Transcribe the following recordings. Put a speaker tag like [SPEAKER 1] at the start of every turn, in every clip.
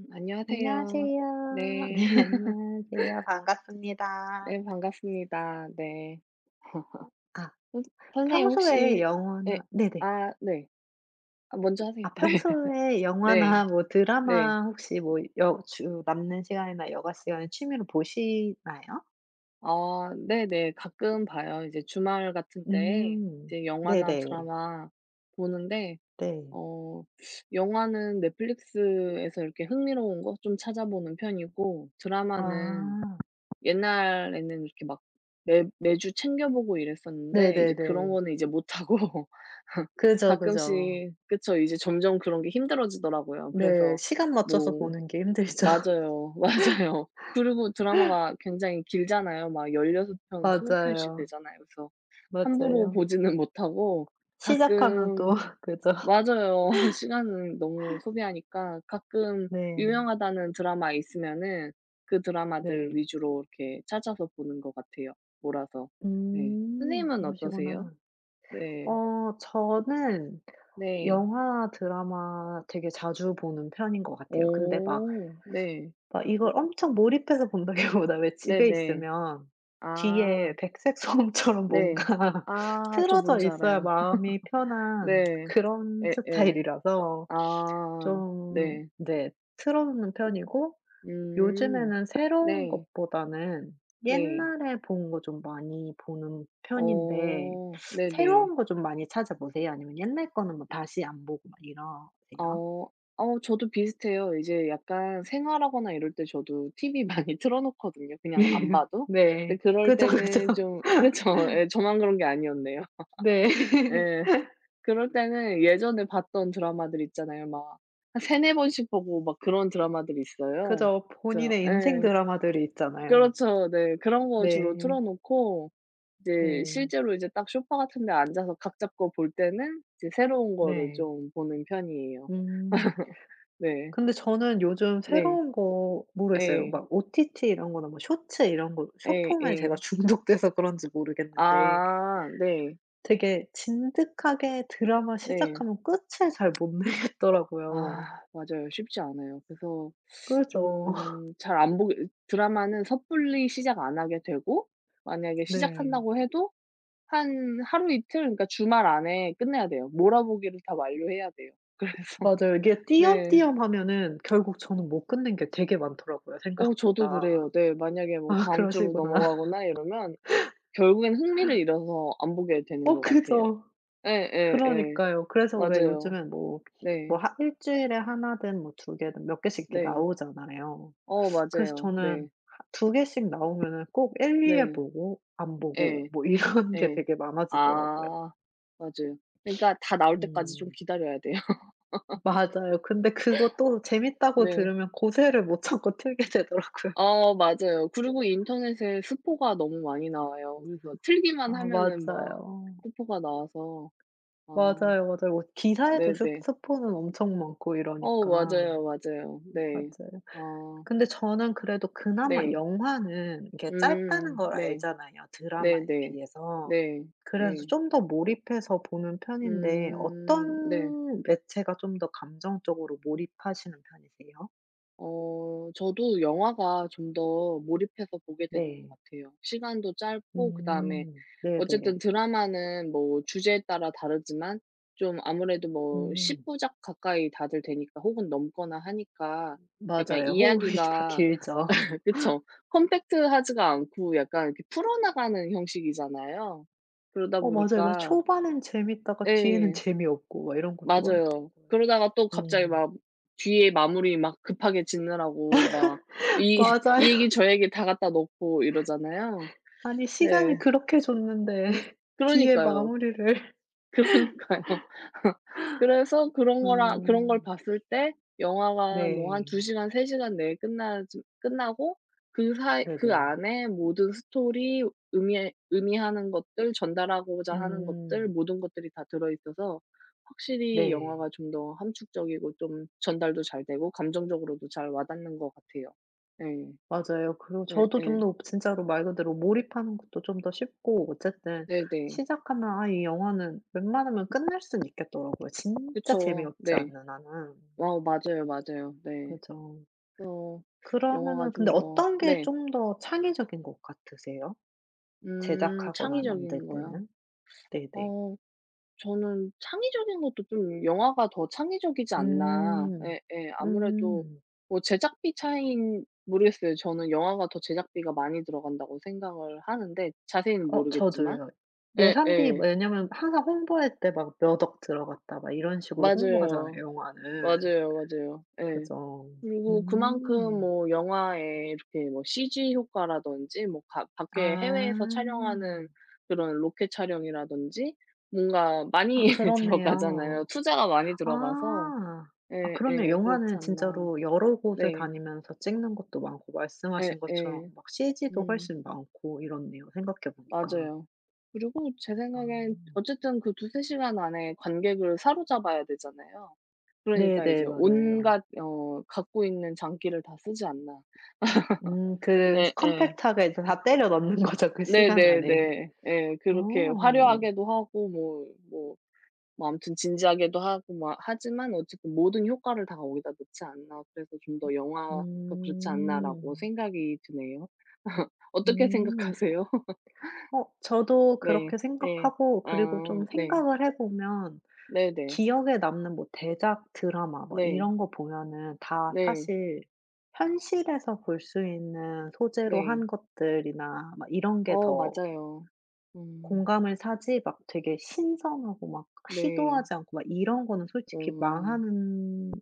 [SPEAKER 1] 안녕하세요.
[SPEAKER 2] 안녕하세요.
[SPEAKER 1] 네.
[SPEAKER 2] 네, 안녕하세요. 반갑습니다.
[SPEAKER 1] 네, 반갑습니다. 네.
[SPEAKER 2] 아
[SPEAKER 1] 선 선생님
[SPEAKER 2] 평소에
[SPEAKER 1] 혹시 네,
[SPEAKER 2] 영화나 네네.
[SPEAKER 1] 아 네. 아 먼저 하세요.
[SPEAKER 2] 아,
[SPEAKER 1] 네.
[SPEAKER 2] 평소에
[SPEAKER 1] 네.
[SPEAKER 2] 영화나 뭐
[SPEAKER 1] 네.
[SPEAKER 2] 드라마 혹시 뭐 여주 남는 시간이나 여가 시간에 취미로 보시나요?
[SPEAKER 1] 아 네네. 가끔 봐요. 이제 주말 같은 때에
[SPEAKER 2] 음.
[SPEAKER 1] 이제 영화나
[SPEAKER 2] 네네.
[SPEAKER 1] 드라마 보는데
[SPEAKER 2] 네.
[SPEAKER 1] 어 영화는 넷플릭스에서 이렇게 흥미로운 거 좀 찾아보는 편이고, 드라마는
[SPEAKER 2] 아.
[SPEAKER 1] 옛날에는 이렇게 막 매 매주 챙겨 보고 이랬었는데 이제 그런
[SPEAKER 2] 네네네.
[SPEAKER 1] 거는 이제 못 하고,
[SPEAKER 2] 그죠, 그죠.
[SPEAKER 1] 가끔씩 그쵸. 이제 점점 그런 게 힘들어지더라고요.
[SPEAKER 2] 네,
[SPEAKER 1] 그래서
[SPEAKER 2] 시간 맞춰서
[SPEAKER 1] 뭐
[SPEAKER 2] 보는 게 힘들죠.
[SPEAKER 1] 맞아요. 맞아요. 그리고 드라마가 굉장히 길잖아요. 막 16 편, 20 편씩
[SPEAKER 2] 맞아요.
[SPEAKER 1] 되잖아요. 그래서 함부로
[SPEAKER 2] 맞아요.
[SPEAKER 1] 보지는 못하고
[SPEAKER 2] 시작하면 또
[SPEAKER 1] 가끔
[SPEAKER 2] 그죠.
[SPEAKER 1] 맞아요. 시간을 너무 소비하니까 가끔
[SPEAKER 2] 네.
[SPEAKER 1] 유명하다는 드라마 있으면은 그 드라마들
[SPEAKER 2] 네.
[SPEAKER 1] 위주로 이렇게 찾아서 보는 것 같아요, 몰아서. 네.
[SPEAKER 2] 음,
[SPEAKER 1] 선생님은 어떠세요?
[SPEAKER 2] 그러시구나.
[SPEAKER 1] 네.
[SPEAKER 2] 어, 저는
[SPEAKER 1] 네.
[SPEAKER 2] 영화, 드라마 되게 자주 보는 편인 것 같아요. 근데 막,
[SPEAKER 1] 오. 네.
[SPEAKER 2] 막 이걸 엄청 몰입해서 본다기보다, 왜, 집에
[SPEAKER 1] 네네.
[SPEAKER 2] 있으면
[SPEAKER 1] 아.
[SPEAKER 2] 뒤에 백색 소음처럼 뭔가
[SPEAKER 1] 네. 아 저
[SPEAKER 2] 틀어져
[SPEAKER 1] 뭔지
[SPEAKER 2] 있어야
[SPEAKER 1] 알아요.
[SPEAKER 2] 마음이 편한
[SPEAKER 1] 네.
[SPEAKER 2] 그런
[SPEAKER 1] 에 에
[SPEAKER 2] 스타일이라서
[SPEAKER 1] 아.
[SPEAKER 2] 좀,
[SPEAKER 1] 네.
[SPEAKER 2] 네, 틀어 놓는 편이고.
[SPEAKER 1] 음.
[SPEAKER 2] 요즘에는 새로운
[SPEAKER 1] 네.
[SPEAKER 2] 것보다는
[SPEAKER 1] 네.
[SPEAKER 2] 옛날에 본 거 좀 많이 보는 편인데,
[SPEAKER 1] 어. 네네.
[SPEAKER 2] 새로운 거 좀 많이 찾아보세요? 아니면 옛날 거는 뭐 다시 안 보고 막 이러세요?
[SPEAKER 1] 어. 저도 비슷해요. 이제 약간 생활하거나 이럴 때 저도 TV 많이 틀어 놓거든요, 그냥 안 봐도. 근데
[SPEAKER 2] 네.
[SPEAKER 1] 그럴
[SPEAKER 2] 그죠, 그죠.
[SPEAKER 1] 때는 좀 그쵸. 예, 저만 그런 게 아니었네요.
[SPEAKER 2] 네.
[SPEAKER 1] 예. 그럴 때는 예전에 봤던 드라마들 있잖아요. 막 한 3~4번 번씩 보고 막 그런 드라마들이 있어요.
[SPEAKER 2] 그죠.
[SPEAKER 1] 그래서
[SPEAKER 2] 본인의 인생
[SPEAKER 1] 예.
[SPEAKER 2] 드라마들이 있잖아요.
[SPEAKER 1] 그렇죠. 네. 그런 거 주로 틀어
[SPEAKER 2] 네.
[SPEAKER 1] 놓고, 이제
[SPEAKER 2] 네.
[SPEAKER 1] 실제로 이제 딱 소파 같은 데 앉아서 각 잡고 볼 때는 이제 새로운 거를
[SPEAKER 2] 네.
[SPEAKER 1] 좀 보는 편이에요.
[SPEAKER 2] 음.
[SPEAKER 1] 네.
[SPEAKER 2] 근데 저는 요즘
[SPEAKER 1] 네.
[SPEAKER 2] 새로운 거 모르겠어요.
[SPEAKER 1] 예.
[SPEAKER 2] 막 OTT 이런 거나 뭐 쇼츠 이런 거,
[SPEAKER 1] 예
[SPEAKER 2] 쇼폼에 제가
[SPEAKER 1] 예.
[SPEAKER 2] 중독돼서 그런지 모르겠는데
[SPEAKER 1] 아 네.
[SPEAKER 2] 되게 진득하게 드라마
[SPEAKER 1] 네.
[SPEAKER 2] 시작하면 끝을 잘 못 내겠더라고요.
[SPEAKER 1] 아 맞아요. 쉽지 않아요. 그래서
[SPEAKER 2] 그죠.
[SPEAKER 1] 좀 잘 안 보게, 드라마는 섣불리 시작 안 하게 되고 만약에
[SPEAKER 2] 네.
[SPEAKER 1] 시작한다고 해도 한 하루 이틀, 그러니까 주말 안에 끝내야 돼요. 몰아보기를 다 완료해야 돼요. 그래서
[SPEAKER 2] 맞아요. 이게
[SPEAKER 1] 네.
[SPEAKER 2] 띄엄띄엄 하면은 결국 저는 못 끝낸 게 되게 많더라고요,
[SPEAKER 1] 저도 그래요.
[SPEAKER 2] 생각보다.
[SPEAKER 1] 네. 만약에 뭐
[SPEAKER 2] 아,
[SPEAKER 1] 다음 주로
[SPEAKER 2] 그러시구나.
[SPEAKER 1] 넘어가거나 이러면 결국엔 흥미를 잃어서 안 보게 되는
[SPEAKER 2] 어,
[SPEAKER 1] 것 같아요.
[SPEAKER 2] 그죠.
[SPEAKER 1] 예예예.
[SPEAKER 2] 그러니까요. 그래서, 왜
[SPEAKER 1] 맞아요.
[SPEAKER 2] 요즘엔 뭐,
[SPEAKER 1] 네.
[SPEAKER 2] 뭐 하 일 주일에 하나든 뭐 두 개든 몇 개씩 이렇게
[SPEAKER 1] 네.
[SPEAKER 2] 나오잖아요.
[SPEAKER 1] 어
[SPEAKER 2] 그래서
[SPEAKER 1] 맞아요.
[SPEAKER 2] 저는
[SPEAKER 1] 네.
[SPEAKER 2] 하 두 개씩 나오면은 꼭 1-2 회
[SPEAKER 1] 네.
[SPEAKER 2] 보고 안 보고
[SPEAKER 1] 예.
[SPEAKER 2] 뭐 이런 게
[SPEAKER 1] 예.
[SPEAKER 2] 되게 많아지더라고요.
[SPEAKER 1] 아 맞아요. 그러니까 다 나올 때까지 좀
[SPEAKER 2] 음.
[SPEAKER 1] 기다려야 돼요.
[SPEAKER 2] 맞아요. 근데 그거 또 재밌다고
[SPEAKER 1] 네.
[SPEAKER 2] 들으면 고세를 못 참고 틀게 되더라고요.
[SPEAKER 1] 맞아요. 그리고 인터넷에 스포가 너무 많이 나와요. 그래서
[SPEAKER 2] 아,
[SPEAKER 1] 틀기만 하면은 막
[SPEAKER 2] 맞아요.
[SPEAKER 1] 스포가 나와서 아
[SPEAKER 2] 맞아요, 맞아요. 뭐 기사에도 슈
[SPEAKER 1] 네네.
[SPEAKER 2] 스포는 엄청 많고
[SPEAKER 1] 어
[SPEAKER 2] 이러니까.
[SPEAKER 1] 맞아요, 맞아요. 네.
[SPEAKER 2] 맞아요.
[SPEAKER 1] 아
[SPEAKER 2] 근데 저는 그래도 그나마
[SPEAKER 1] 네.
[SPEAKER 2] 영화는 이게 짧다는 걸
[SPEAKER 1] 네.
[SPEAKER 2] 알잖아요, 드라마에
[SPEAKER 1] 네네.
[SPEAKER 2] 비해서.
[SPEAKER 1] 네.
[SPEAKER 2] 그래서
[SPEAKER 1] 예.
[SPEAKER 2] 좀 더 몰입해서 보는 편인데,
[SPEAKER 1] 네.
[SPEAKER 2] 어떤 매체가 좀 더 감정적으로 몰입하시는 편이세요?
[SPEAKER 1] 저도 영화가 좀 더 몰입해서 보게 되는 것
[SPEAKER 2] 네.
[SPEAKER 1] 같아요. 시간도 짧고 그다음에
[SPEAKER 2] 음. 네네.
[SPEAKER 1] 어쨌든 드라마는 뭐 주제에 따라 다르지만 좀 아무래도 뭐 10
[SPEAKER 2] 음.
[SPEAKER 1] 부작 가까이 다들 되니까 혹은 넘거나 하니까 약간
[SPEAKER 2] 맞아요. 호흡이 다
[SPEAKER 1] 이야기가
[SPEAKER 2] 길죠.
[SPEAKER 1] 그쵸. 컴팩트하지가 않고 약간 이렇게 풀어나가는 형식이잖아요. 그러다
[SPEAKER 2] 어, 맞아요. 그래서
[SPEAKER 1] 보니까
[SPEAKER 2] 초반엔 재밌다가 뒤에는
[SPEAKER 1] 예.
[SPEAKER 2] 재미없고 막 이런 것도
[SPEAKER 1] 맞아요.
[SPEAKER 2] 많더라고요.
[SPEAKER 1] 그러다가 또 갑자기
[SPEAKER 2] 음.
[SPEAKER 1] 막 뒤에 마무리 막 급하게 짓느라고 막 이 이 얘기
[SPEAKER 2] 맞아요.
[SPEAKER 1] 저 얘기 다 갖다 놓고 이러잖아요.
[SPEAKER 2] 아니, 시간을
[SPEAKER 1] 네.
[SPEAKER 2] 그렇게 줬는데 뒤에
[SPEAKER 1] 그러니까요.
[SPEAKER 2] 마무리를.
[SPEAKER 1] 그러니까요. 그래서 그런 거랑 그런 걸
[SPEAKER 2] 음.
[SPEAKER 1] 봤을 때 영화가 뭐 한
[SPEAKER 2] 네.
[SPEAKER 1] 2 시간 3 시간 내에 끝나고 그 사이 그
[SPEAKER 2] 네네.
[SPEAKER 1] 안에 모든 스토리 의미 의미하는 것들, 전달하고자 하는 것들
[SPEAKER 2] 음.
[SPEAKER 1] 모든 것들이 다 들어 있어서 확실히
[SPEAKER 2] 네.
[SPEAKER 1] 영화가 좀 더 함축적이고 좀 전달도 잘 되고 감정적으로도 잘 와닿는 것 같아요. 네,
[SPEAKER 2] 맞아요. 그리고
[SPEAKER 1] 네,
[SPEAKER 2] 저도
[SPEAKER 1] 네.
[SPEAKER 2] 좀 더 진짜로 말 그대로 몰입하는 것도 좀 더 쉽고, 어쨌든
[SPEAKER 1] 네네.
[SPEAKER 2] 시작하면, 아, 이 영화는 웬만하면 끝낼 수는 있겠더라고요, 진짜
[SPEAKER 1] 그쵸.
[SPEAKER 2] 재미없지
[SPEAKER 1] 네.
[SPEAKER 2] 않는 한은.
[SPEAKER 1] 어 맞아요, 맞아요. 네.
[SPEAKER 2] 그죠.
[SPEAKER 1] 어 영화가
[SPEAKER 2] 그러면은,
[SPEAKER 1] 좀
[SPEAKER 2] 근데
[SPEAKER 1] 더
[SPEAKER 2] 어떤 게
[SPEAKER 1] 네.
[SPEAKER 2] 좀 더 창의적인 것 같으세요? 제작하거나 만들
[SPEAKER 1] 창의적인 거요.
[SPEAKER 2] 때는? 네네.
[SPEAKER 1] 어 저는 창의적인 것도 좀 영화가 더 창의적이지 않나.
[SPEAKER 2] 음.
[SPEAKER 1] 예예. 아무래도
[SPEAKER 2] 음.
[SPEAKER 1] 뭐 제작비 차이인 모르겠어요. 저는 영화가 더 제작비가 많이 들어간다고 생각을 하는데, 자세히는
[SPEAKER 2] 어,
[SPEAKER 1] 모르겠지만.
[SPEAKER 2] 저도요. 예산비 뭐,
[SPEAKER 1] 예예.
[SPEAKER 2] 왜냐면 항상 홍보할 때 막 몇 억 들어갔다 막 이런 식으로 홍보하잖아요,
[SPEAKER 1] 맞아요.
[SPEAKER 2] 영화는.
[SPEAKER 1] 맞아요, 맞아요. 예.
[SPEAKER 2] 그죠.
[SPEAKER 1] 그리고 그만큼
[SPEAKER 2] 음.
[SPEAKER 1] 뭐 영화에 이렇게 뭐 CG 효과라든지, 뭐 가
[SPEAKER 2] 아.
[SPEAKER 1] 밖에 해외에서 촬영하는 그런 로켓 촬영이라든지 뭔가
[SPEAKER 2] 아,
[SPEAKER 1] 많이 들어가잖아요.
[SPEAKER 2] 그렇네요.
[SPEAKER 1] 투자가 많이 들어가서
[SPEAKER 2] 아. 아, 그렇네요.
[SPEAKER 1] 예예. 그렇지
[SPEAKER 2] 영화는
[SPEAKER 1] 않나.
[SPEAKER 2] 진짜로 여러 곳을
[SPEAKER 1] 네.
[SPEAKER 2] 다니면서 찍는 것도 많고, 말씀하신 것처럼
[SPEAKER 1] 예예.
[SPEAKER 2] 막 CG도
[SPEAKER 1] 음.
[SPEAKER 2] 훨씬 많고 이렇네요, 생각해 보니까.
[SPEAKER 1] 맞아요. 그리고 제
[SPEAKER 2] 아.
[SPEAKER 1] 생각엔 어쨌든 그 두세 시간 안에 관객을 사로잡아야 되잖아요. 그러니까 이제
[SPEAKER 2] 네네. 맞아요.
[SPEAKER 1] 온갖 갖고 있는 장기를 다 쓰지 않나.
[SPEAKER 2] 음, 그,
[SPEAKER 1] 예예.
[SPEAKER 2] 컴팩트하게 이제 다 때려 넣는 거죠, 그 시간 안에.
[SPEAKER 1] 네네네. 예. 그렇게
[SPEAKER 2] 어.
[SPEAKER 1] 화려하게도 하고 뭐 아무튼 진지하게도 하고 막 하지만 어쨌든 모든 효과를 다 거기다 넣지 않나. 그래서 좀 더 '영화가 그렇지 않나.'라고
[SPEAKER 2] 음.
[SPEAKER 1] 생각이 드네요. 어떻게
[SPEAKER 2] 음.
[SPEAKER 1] 생각하세요?
[SPEAKER 2] 어, 저도
[SPEAKER 1] 네.
[SPEAKER 2] 그렇게
[SPEAKER 1] 예.
[SPEAKER 2] 생각하고.
[SPEAKER 1] 아
[SPEAKER 2] 그리고 좀
[SPEAKER 1] 네.
[SPEAKER 2] 생각을 해 보면
[SPEAKER 1] 네네.
[SPEAKER 2] 기억에 남는 뭐 대작 드라마 막
[SPEAKER 1] 네.
[SPEAKER 2] 이런 거 보면은 다
[SPEAKER 1] 네.
[SPEAKER 2] 사실 현실에서 볼 수 있는 소재로
[SPEAKER 1] 네.
[SPEAKER 2] 한 것들이나 막 이런 게
[SPEAKER 1] 어
[SPEAKER 2] 더
[SPEAKER 1] 맞아요. 음
[SPEAKER 2] 공감을 사지, 막 되게 신선하고 막
[SPEAKER 1] 네.
[SPEAKER 2] 시도하지 않고 막 이런 거는 솔직히
[SPEAKER 1] 어
[SPEAKER 2] 망하는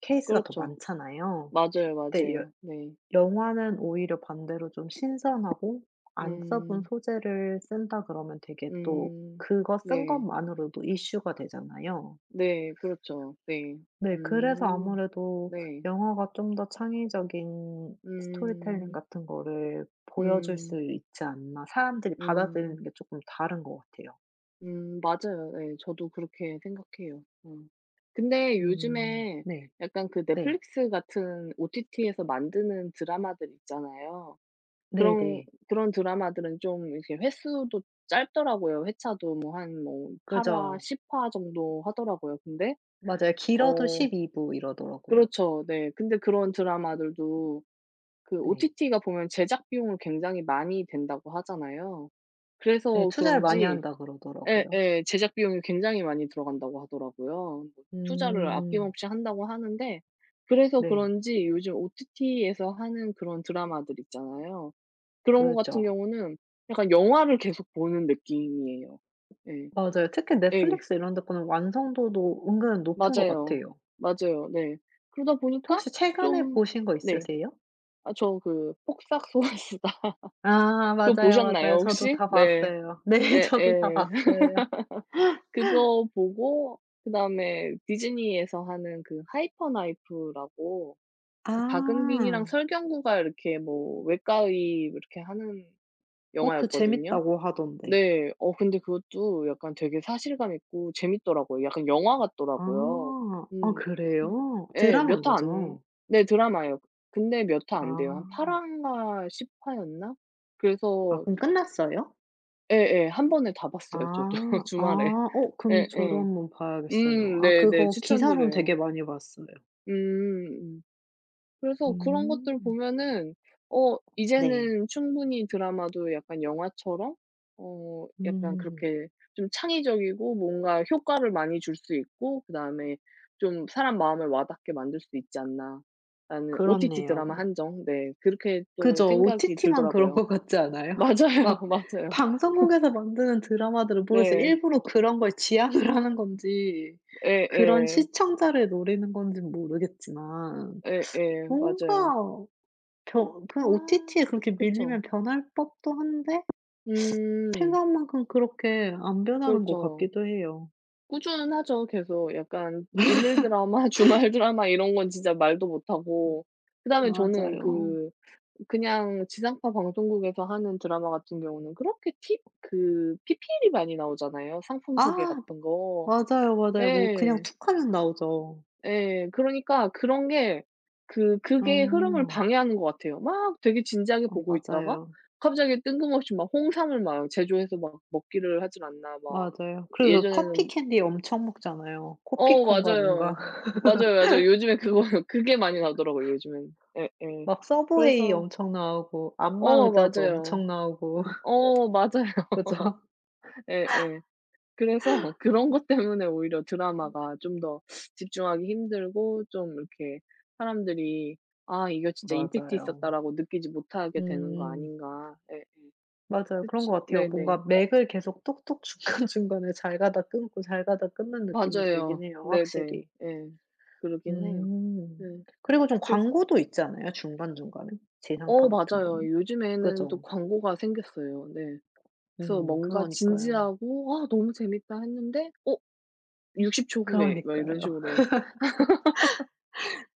[SPEAKER 2] 케이스가 더
[SPEAKER 1] 그렇죠.
[SPEAKER 2] 많잖아요.
[SPEAKER 1] 맞아요,
[SPEAKER 2] 근데 여
[SPEAKER 1] 맞아요. 네.
[SPEAKER 2] 영화는 오히려 반대로 좀 신선하고 안 써본
[SPEAKER 1] 음.
[SPEAKER 2] 소재를 쓴다 그러면 되게 또
[SPEAKER 1] 음.
[SPEAKER 2] 그거 쓴
[SPEAKER 1] 네.
[SPEAKER 2] 것만으로도 이슈가 되잖아요.
[SPEAKER 1] 네. 그렇죠. 네.
[SPEAKER 2] 네. 그래서
[SPEAKER 1] 음.
[SPEAKER 2] 아무래도
[SPEAKER 1] 네.
[SPEAKER 2] 영화가 좀 더 창의적인 스토리텔링
[SPEAKER 1] 음.
[SPEAKER 2] 같은 거를 보여줄
[SPEAKER 1] 음.
[SPEAKER 2] 수 있지 않나. 사람들이 받아들이는
[SPEAKER 1] 음.
[SPEAKER 2] 게 조금 다른 것 같아요.
[SPEAKER 1] 음. 맞아요. 네, 저도 그렇게 생각해요. 어. 근데
[SPEAKER 2] 음.
[SPEAKER 1] 요즘에
[SPEAKER 2] 네.
[SPEAKER 1] 약간 그
[SPEAKER 2] 네.
[SPEAKER 1] 넷플릭스 같은 OTT에서 만드는 드라마들 있잖아요. 그런
[SPEAKER 2] 네네.
[SPEAKER 1] 그런 드라마들은 좀 이렇게 횟수도 짧더라고요. 회차도 뭐 한 뭐 8 화,
[SPEAKER 2] 그죠.
[SPEAKER 1] 10화 정도 하더라고요. 근데
[SPEAKER 2] 맞아요. 길어도
[SPEAKER 1] 어
[SPEAKER 2] 12부 이러더라고요.
[SPEAKER 1] 그렇죠. 네. 근데 그런 드라마들도 그
[SPEAKER 2] 네.
[SPEAKER 1] OTT가 보면 제작 비용을 굉장히 많이 든다고 하잖아요.
[SPEAKER 2] 네.
[SPEAKER 1] 그래서
[SPEAKER 2] 투자를 많이
[SPEAKER 1] 그런지
[SPEAKER 2] 한다 그러더라고요.
[SPEAKER 1] 예예. 제작 비용이 굉장히 많이 들어간다고 하더라고요. 뭐 투자를
[SPEAKER 2] 음.
[SPEAKER 1] 아낌없이 한다고 하는데, 그래서
[SPEAKER 2] 네.
[SPEAKER 1] 그런지 요즘 OTT에서 하는 그런 드라마들 있잖아요. 그런 거 같은
[SPEAKER 2] 그죠.
[SPEAKER 1] 경우는 약간 영화를 계속 보는 느낌이에요. 예.
[SPEAKER 2] 맞아요. 특히
[SPEAKER 1] 예.
[SPEAKER 2] 넷플릭스 이런 데 거는 완성도도 은근 높은 것
[SPEAKER 1] 맞아요.
[SPEAKER 2] 같아요.
[SPEAKER 1] 맞아요. 네. 그러다 보니까
[SPEAKER 2] 혹시 최근에
[SPEAKER 1] 좀
[SPEAKER 2] 보신 거
[SPEAKER 1] 네.
[SPEAKER 2] 있으세요?
[SPEAKER 1] 아 저 그 폭싹 소가수다
[SPEAKER 2] 아,
[SPEAKER 1] 그거
[SPEAKER 2] 맞아요,
[SPEAKER 1] 보셨나요,
[SPEAKER 2] 맞아요. 저도
[SPEAKER 1] 혹시?
[SPEAKER 2] 다
[SPEAKER 1] 네.
[SPEAKER 2] 봤어요. 네, 저도 다
[SPEAKER 1] 예예.
[SPEAKER 2] 봤어요.
[SPEAKER 1] 그거 보고 그다음에 디즈니에서 하는 그 하이퍼 나이프라고 그
[SPEAKER 2] 아.
[SPEAKER 1] 박은빈이랑 설경구가 이렇게 뭐 외과의 이렇게 하는
[SPEAKER 2] 어, 그거
[SPEAKER 1] 영화였거든요.
[SPEAKER 2] 재밌다고 하던데.
[SPEAKER 1] 네. 어 근데 그것도 약간 되게 사실감 있고 재밌더라고요. 약간 영화
[SPEAKER 2] 아.
[SPEAKER 1] 같더라고요.
[SPEAKER 2] 아,
[SPEAKER 1] 음. 음.
[SPEAKER 2] 그래요?
[SPEAKER 1] 예. 몇
[SPEAKER 2] 드라마인
[SPEAKER 1] 화 안
[SPEAKER 2] 거죠?
[SPEAKER 1] 네, 드라마예요. 근데 몇화 안 돼요. 한
[SPEAKER 2] 아.
[SPEAKER 1] 8 화인가 10 화였나?
[SPEAKER 2] 아,
[SPEAKER 1] 그래서
[SPEAKER 2] 그럼 끝났어요?
[SPEAKER 1] 예예. 한 번에 다 봤어요 저도,
[SPEAKER 2] 아.
[SPEAKER 1] 주말에.
[SPEAKER 2] 아. 어, 그럼 저도
[SPEAKER 1] 예예.
[SPEAKER 2] 한번 봐야겠어요. 아,
[SPEAKER 1] 네네.
[SPEAKER 2] 그거 기사로는
[SPEAKER 1] 추천드려요.
[SPEAKER 2] 되게 많이 봤어요.
[SPEAKER 1] 음. 그래서 그런 것들
[SPEAKER 2] 음.
[SPEAKER 1] 보면은
[SPEAKER 2] 네.
[SPEAKER 1] 이제는 충분히 드라마도 약간 영화처럼 약간
[SPEAKER 2] 음.
[SPEAKER 1] 그렇게 좀 창의적이고 뭔가 효과를 많이 줄 수 있고 그다음에 좀 사람 마음을 와닿게 만들 수 있지 않나라는, OTT 드라마
[SPEAKER 2] 그렇네요.
[SPEAKER 1] 한정 네 그렇게 또
[SPEAKER 2] 그죠.
[SPEAKER 1] 생각이
[SPEAKER 2] OTT만 그런
[SPEAKER 1] 들더라고요.
[SPEAKER 2] 것 같지 않아요?
[SPEAKER 1] 맞아요,
[SPEAKER 2] 막
[SPEAKER 1] 맞아요.
[SPEAKER 2] 방송국에서 만드는 드라마들은 모르겠어요.
[SPEAKER 1] 네.
[SPEAKER 2] 일부러 그런 걸 지향을 하는 건지, 그런
[SPEAKER 1] 예예.
[SPEAKER 2] 시청자를 노리는 건지는 모르겠지만
[SPEAKER 1] 예예.
[SPEAKER 2] 뭔가
[SPEAKER 1] 맞아요.
[SPEAKER 2] 변 그
[SPEAKER 1] 아
[SPEAKER 2] OTT에 그렇게 밀리면
[SPEAKER 1] 그쵸.
[SPEAKER 2] 변할 법도 한데
[SPEAKER 1] 음.
[SPEAKER 2] 생각만큼 그렇게 안 변하는 것
[SPEAKER 1] 그렇죠.
[SPEAKER 2] 같기도 해요.
[SPEAKER 1] 꾸준하죠 계속. 약간 일일 드라마, 주말 드라마 이런 건 진짜 말도
[SPEAKER 2] 음.
[SPEAKER 1] 못하고 그다음에 저는
[SPEAKER 2] 맞아요.
[SPEAKER 1] 그냥 지상파 방송국에서 하는 드라마 같은 경우는 그렇게 팁 그 PPL이 많이 나오잖아요, 상품 소개
[SPEAKER 2] 아,
[SPEAKER 1] 같은 거.
[SPEAKER 2] 맞아요, 맞아요. 뭐 그냥
[SPEAKER 1] 예.
[SPEAKER 2] 툭 하면 나오죠.
[SPEAKER 1] 예. 그러니까 그런 게 그게 흐름을
[SPEAKER 2] 아.
[SPEAKER 1] 방해하는 것 같아요. 막 되게 진지하게
[SPEAKER 2] 어,
[SPEAKER 1] 보고 있다가
[SPEAKER 2] 맞아요.
[SPEAKER 1] 갑자기 뜬금없이 막 홍삼을 막 제조해서 막 먹기를 하질 않나 막
[SPEAKER 2] 맞아요. 그리고 그 커피
[SPEAKER 1] 예전에는
[SPEAKER 2] 캔디 엄청 먹잖아요, 코피
[SPEAKER 1] 어
[SPEAKER 2] 콘과 뭔가.
[SPEAKER 1] 맞아요. 맞아요, 맞아요. 요즘에 그거 그게 많이 나오더라고요 요즘엔. 예예.
[SPEAKER 2] 막 서브웨이
[SPEAKER 1] 그래서
[SPEAKER 2] 엄청 나오고 안마
[SPEAKER 1] 어
[SPEAKER 2] 의자도
[SPEAKER 1] 맞아요.
[SPEAKER 2] 엄청 나오고.
[SPEAKER 1] 어 맞아요.
[SPEAKER 2] 그죠?
[SPEAKER 1] 예예. 그래서 그런 것 때문에 오히려 드라마가 좀 더 집중하기 힘들고 좀 이렇게 사람들이 '아 이거 진짜 임팩트
[SPEAKER 2] 맞아요.
[SPEAKER 1] 있었다.'라고 느끼지 못하게 되는 거
[SPEAKER 2] 음.
[SPEAKER 1] 아닌가. 예.
[SPEAKER 2] 맞아요. 그런
[SPEAKER 1] 그치.
[SPEAKER 2] 것 같아요.
[SPEAKER 1] 네네.
[SPEAKER 2] 뭔가 맥을 계속 톡톡 중간중간에 잘 가다 끊고 잘 가다 끊는 느낌이
[SPEAKER 1] 맞아요.
[SPEAKER 2] 들긴 해요,
[SPEAKER 1] 네네.
[SPEAKER 2] 확실히.
[SPEAKER 1] 예. 그러긴 해요.
[SPEAKER 2] 음.
[SPEAKER 1] 네.
[SPEAKER 2] 그리고 좀
[SPEAKER 1] 그래서
[SPEAKER 2] 광고도 있잖아요, 중간중간에? 지상파 같은
[SPEAKER 1] 맞아요.
[SPEAKER 2] 거는?
[SPEAKER 1] 요즘에는 또
[SPEAKER 2] 그죠?
[SPEAKER 1] 광고가 생겼어요. 네. 그래서
[SPEAKER 2] 음,
[SPEAKER 1] 뭔가
[SPEAKER 2] 그러니까요.
[SPEAKER 1] 진지하고 '아 너무 재밌다.' 했는데 어 60초 후에 막 이런
[SPEAKER 2] 그러니까요.
[SPEAKER 1] 식으로.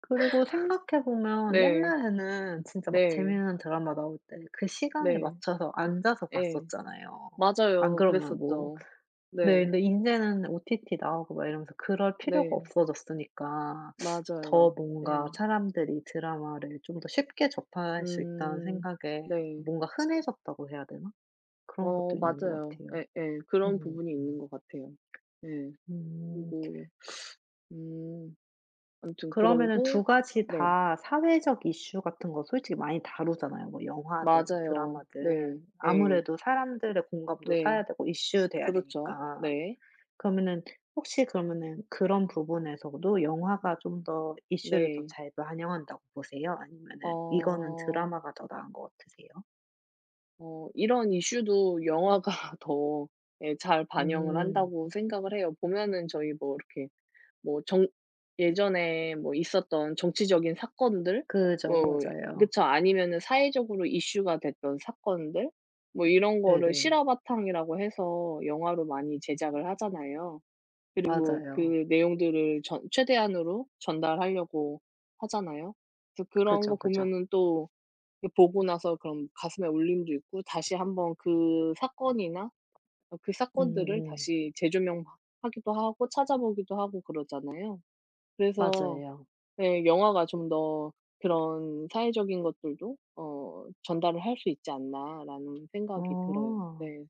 [SPEAKER 2] 그리고 생각해 보면
[SPEAKER 1] 네.
[SPEAKER 2] 옛날에는 진짜 막
[SPEAKER 1] 네.
[SPEAKER 2] 재미있는 드라마 나올 때 그 시간에
[SPEAKER 1] 네.
[SPEAKER 2] 맞춰서 앉아서
[SPEAKER 1] 예.
[SPEAKER 2] 봤었잖아요. 안
[SPEAKER 1] 맞아요.
[SPEAKER 2] 그러면 뭐.
[SPEAKER 1] 그랬었죠.
[SPEAKER 2] 네,
[SPEAKER 1] 네.
[SPEAKER 2] 근데 이제는 OTT 나오고 막 이러면서 그럴 필요가
[SPEAKER 1] 네.
[SPEAKER 2] 없어졌으니까 더
[SPEAKER 1] 맞아요. 예.
[SPEAKER 2] 뭔가 사람들이 드라마를 좀 더 쉽게 접할 수 있다는
[SPEAKER 1] 음.
[SPEAKER 2] 생각에
[SPEAKER 1] 네.
[SPEAKER 2] 뭔가 흔해졌다고 해야 되나? 그런
[SPEAKER 1] 어
[SPEAKER 2] 것도 있는 것
[SPEAKER 1] 맞아요.
[SPEAKER 2] 같아요.
[SPEAKER 1] 예예. 그런
[SPEAKER 2] 음.
[SPEAKER 1] 부분이 있는
[SPEAKER 2] 음.
[SPEAKER 1] 것 같아요. 예.
[SPEAKER 2] 음.
[SPEAKER 1] 그리고 음 아무튼
[SPEAKER 2] 그러면은
[SPEAKER 1] 그러고
[SPEAKER 2] 두 가지
[SPEAKER 1] 네.
[SPEAKER 2] 다 사회적 이슈 같은 거 솔직히 많이 다루잖아요, 뭐 영화든
[SPEAKER 1] 맞아요.
[SPEAKER 2] 드라마든.
[SPEAKER 1] 네. 예.
[SPEAKER 2] 아무래도 사람들의 공감도
[SPEAKER 1] 네.
[SPEAKER 2] 사야 되고 이슈 돼야
[SPEAKER 1] 그렇죠.
[SPEAKER 2] 되니까.
[SPEAKER 1] 네.
[SPEAKER 2] 그러면은 혹시, 그러면은 그런 부분에서도 영화가 좀 더 이슈를 더
[SPEAKER 1] 네.
[SPEAKER 2] 잘 반영한다고 보세요? 아니면은 이거는
[SPEAKER 1] 어
[SPEAKER 2] 드라마가 더 나은 것 같으세요?
[SPEAKER 1] 이런 이슈도 영화가 더 예 잘 반영을
[SPEAKER 2] 음.
[SPEAKER 1] 한다고 생각을 해요. 보면은 저희 뭐 이렇게 뭐 정 예전에 뭐 있었던 정치적인 사건들
[SPEAKER 2] 그죠.
[SPEAKER 1] 뭐
[SPEAKER 2] 맞아요.
[SPEAKER 1] 그쵸. 아니면은 사회적으로 이슈가 됐던 사건들, 뭐 이런 거를
[SPEAKER 2] 네네.
[SPEAKER 1] 실화 바탕이라고 해서 영화로 많이 제작을 하잖아요. 그리고 그
[SPEAKER 2] 맞아요.
[SPEAKER 1] 내용들을 전 최대한으로 전달하려고 하잖아요. 그래서 그런 거
[SPEAKER 2] 그죠, 그죠.
[SPEAKER 1] 보면은 또 이 보고 나서 그럼 가슴에 울림도 있고 다시 한번 그 사건이나 그 사건들을
[SPEAKER 2] 음음.
[SPEAKER 1] 다시 재조명하기도 하고 찾아보기도 하고 그러잖아요. 그래서
[SPEAKER 2] 맞아요.
[SPEAKER 1] 네, 영화가 좀 더 그런 사회적인 것들도 어 '전달을 할 수 있지 않나.'라는 생각이 들어요.
[SPEAKER 2] 어.
[SPEAKER 1] 네.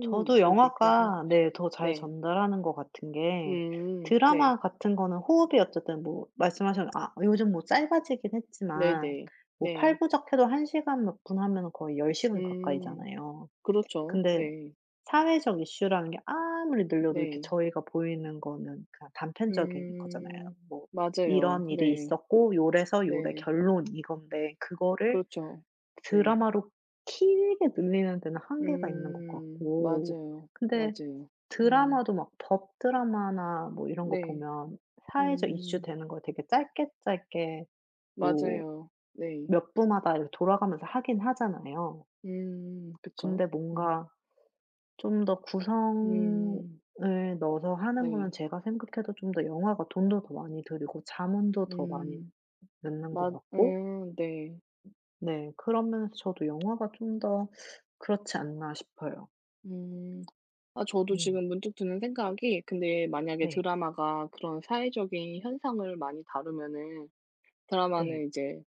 [SPEAKER 2] 저도
[SPEAKER 1] 그렇게
[SPEAKER 2] 영화가, 네,
[SPEAKER 1] 생각하시나요?
[SPEAKER 2] 더 잘
[SPEAKER 1] 네.
[SPEAKER 2] 전달하는 것 같은 게,
[SPEAKER 1] 네.
[SPEAKER 2] 드라마 같은 거는 호흡이 어쨌든, 뭐 말씀하신, 아 요즘 뭐 짧아지긴 했지만,
[SPEAKER 1] 네네.
[SPEAKER 2] 뭐
[SPEAKER 1] 네.
[SPEAKER 2] 팔 부작해도 한 시간 몇 분 하면 거의 10시간
[SPEAKER 1] 음
[SPEAKER 2] 가까이잖아요.
[SPEAKER 1] 그렇죠.
[SPEAKER 2] 근데
[SPEAKER 1] 네.
[SPEAKER 2] 사회적 이슈라는 게 아무리 늘려도 이렇게
[SPEAKER 1] 네.
[SPEAKER 2] 저희가 보이는 거는 그냥 단편적인 거잖아요.
[SPEAKER 1] 음
[SPEAKER 2] 뭐
[SPEAKER 1] 맞아요.
[SPEAKER 2] "이런 일이
[SPEAKER 1] 네.
[SPEAKER 2] 있었고 요래서 요래
[SPEAKER 1] 네.
[SPEAKER 2] 결론." 이건데, 그거를
[SPEAKER 1] 그렇죠. 네.
[SPEAKER 2] 드라마로 길게 늘리는 데는 한계가 있는 것
[SPEAKER 1] 음.
[SPEAKER 2] 같고.
[SPEAKER 1] 맞아요.
[SPEAKER 2] 근데
[SPEAKER 1] 맞아요. 음.
[SPEAKER 2] 드라마도 막 법 드라마나 뭐 이런 거
[SPEAKER 1] 네.
[SPEAKER 2] 보면 사회적 이슈
[SPEAKER 1] 음.
[SPEAKER 2] 되는 걸 되게 짧게 짧게, 뭐
[SPEAKER 1] 맞아요. 네.
[SPEAKER 2] 몇 부마다 이렇게 돌아가면서 하긴 하잖아요.
[SPEAKER 1] 음. 그쵸.
[SPEAKER 2] 근데
[SPEAKER 1] 음.
[SPEAKER 2] 뭔가 좀 더 구성을
[SPEAKER 1] 음.
[SPEAKER 2] 넣어서 하는
[SPEAKER 1] 네.
[SPEAKER 2] 거는 제가 생각해도 좀 더 영화가 돈도 더 많이 들이고 자문도 더 많이
[SPEAKER 1] 음.
[SPEAKER 2] 넣는
[SPEAKER 1] 맞
[SPEAKER 2] 것 같고.
[SPEAKER 1] 네.
[SPEAKER 2] 네, 그런 면에서 저도 영화가 좀 더 그렇지 않나 싶어요.
[SPEAKER 1] 음. 아 저도
[SPEAKER 2] 음.
[SPEAKER 1] 지금 문득 드는 생각이, 근데 만약에
[SPEAKER 2] 네.
[SPEAKER 1] 드라마가 그런 사회적인 현상을 많이 다루면은
[SPEAKER 2] 네.
[SPEAKER 1] 드라마는 이제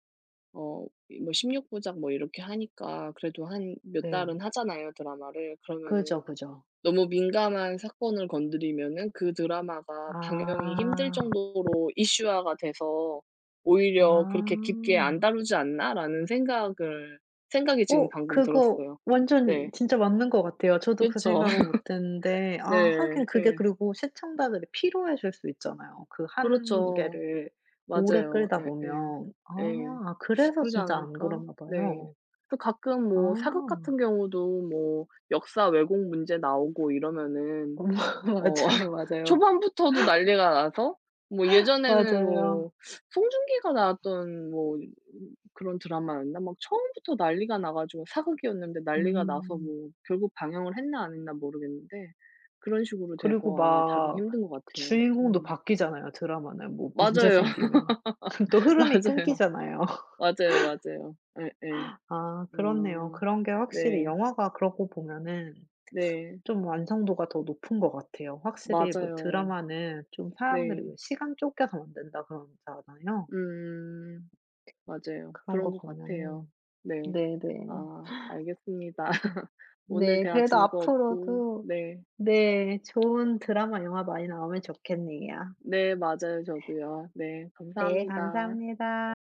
[SPEAKER 1] 어 이 뭐 16 부작 뭐 이렇게 하니까 그래도 한 몇
[SPEAKER 2] 네.
[SPEAKER 1] 달은 하잖아요, 드라마를. 그러면은
[SPEAKER 2] 그죠, 그죠.
[SPEAKER 1] 너무 민감한 사건을 건드리면은 그 드라마가 방영이 힘들
[SPEAKER 2] 아.
[SPEAKER 1] 정도로 이슈화가 돼서 '오히려 그렇게 깊게 안
[SPEAKER 2] 아.
[SPEAKER 1] 다루지 않나?'라는 생각을 생각이 지금
[SPEAKER 2] 어,
[SPEAKER 1] 방금
[SPEAKER 2] 그거
[SPEAKER 1] 들었어요.
[SPEAKER 2] 완전
[SPEAKER 1] 네.
[SPEAKER 2] 진짜 맞는 것 같아요. 저도 그
[SPEAKER 1] 그쵸.
[SPEAKER 2] 생각은 못 했는데. 아,
[SPEAKER 1] 네.
[SPEAKER 2] 하긴 그게,
[SPEAKER 1] 예.
[SPEAKER 2] 그리고 시청자들이 피로해질 수 있잖아요, 그 한
[SPEAKER 1] 그렇죠.
[SPEAKER 2] 개를 오래
[SPEAKER 1] 맞아요.
[SPEAKER 2] 끌다
[SPEAKER 1] 예예.
[SPEAKER 2] 보면.
[SPEAKER 1] 예. 예.
[SPEAKER 2] 아, 그래서
[SPEAKER 1] 그러지
[SPEAKER 2] 진짜 안
[SPEAKER 1] 않을까?
[SPEAKER 2] 그러나
[SPEAKER 1] 네.
[SPEAKER 2] 봐요.
[SPEAKER 1] 또 가끔 뭐 사극
[SPEAKER 2] 아.
[SPEAKER 1] 같은 경우도 뭐 역사 왜곡 문제 나오고 이러면은 어
[SPEAKER 2] 맞아요, 맞아요.
[SPEAKER 1] 초반부터도 난리가 나서 뭐 예전에는
[SPEAKER 2] 맞아요.
[SPEAKER 1] 뭐 송중기가 나왔던 뭐 그런 드라마였나? 막 처음부터 난리가 나 가지고, 사극이었는데 난리가 나서
[SPEAKER 2] 음.
[SPEAKER 1] 뭐 결국 방영을 했나 안 했나 모르겠는데 그런 식으로
[SPEAKER 2] 그리고
[SPEAKER 1] 돼서 아마 다루기
[SPEAKER 2] 막
[SPEAKER 1] 힘든 것 같아요.
[SPEAKER 2] 주인공도
[SPEAKER 1] 음.
[SPEAKER 2] 바뀌잖아요, 드라마는 뭐 문제
[SPEAKER 1] 맞아요.
[SPEAKER 2] 생기면. 그럼 또 흐름이
[SPEAKER 1] 맞아요.
[SPEAKER 2] 끊기잖아요.
[SPEAKER 1] 맞아요, 맞아요. 예예.
[SPEAKER 2] 아, 그렇네요.
[SPEAKER 1] 아
[SPEAKER 2] 그런 게 확실히
[SPEAKER 1] 네.
[SPEAKER 2] 영화가 그러고 보면은
[SPEAKER 1] 네.
[SPEAKER 2] 좀 완성도가 더 높은 것 같아요. 확실히 뭐
[SPEAKER 1] 맞아요.
[SPEAKER 2] 드라마는 좀 사람들이,
[SPEAKER 1] 네.
[SPEAKER 2] 왜, 시간 쫓겨서 만든다 그러잖아요.
[SPEAKER 1] 음 맞아요.
[SPEAKER 2] 그런
[SPEAKER 1] 그런
[SPEAKER 2] 거
[SPEAKER 1] 것 같아요.
[SPEAKER 2] 보면은.
[SPEAKER 1] 네.
[SPEAKER 2] 네네.
[SPEAKER 1] 아 알겠습니다. 오늘
[SPEAKER 2] 네,
[SPEAKER 1] 대화
[SPEAKER 2] 그래도
[SPEAKER 1] 즐거웠고
[SPEAKER 2] 앞으로도
[SPEAKER 1] 네.
[SPEAKER 2] 네, 좋은 드라마, 영화 많이 나오면 좋겠네요.
[SPEAKER 1] 네 맞아요 저도요. 네
[SPEAKER 2] 네,
[SPEAKER 1] 감사합니다.
[SPEAKER 2] 감사합니다.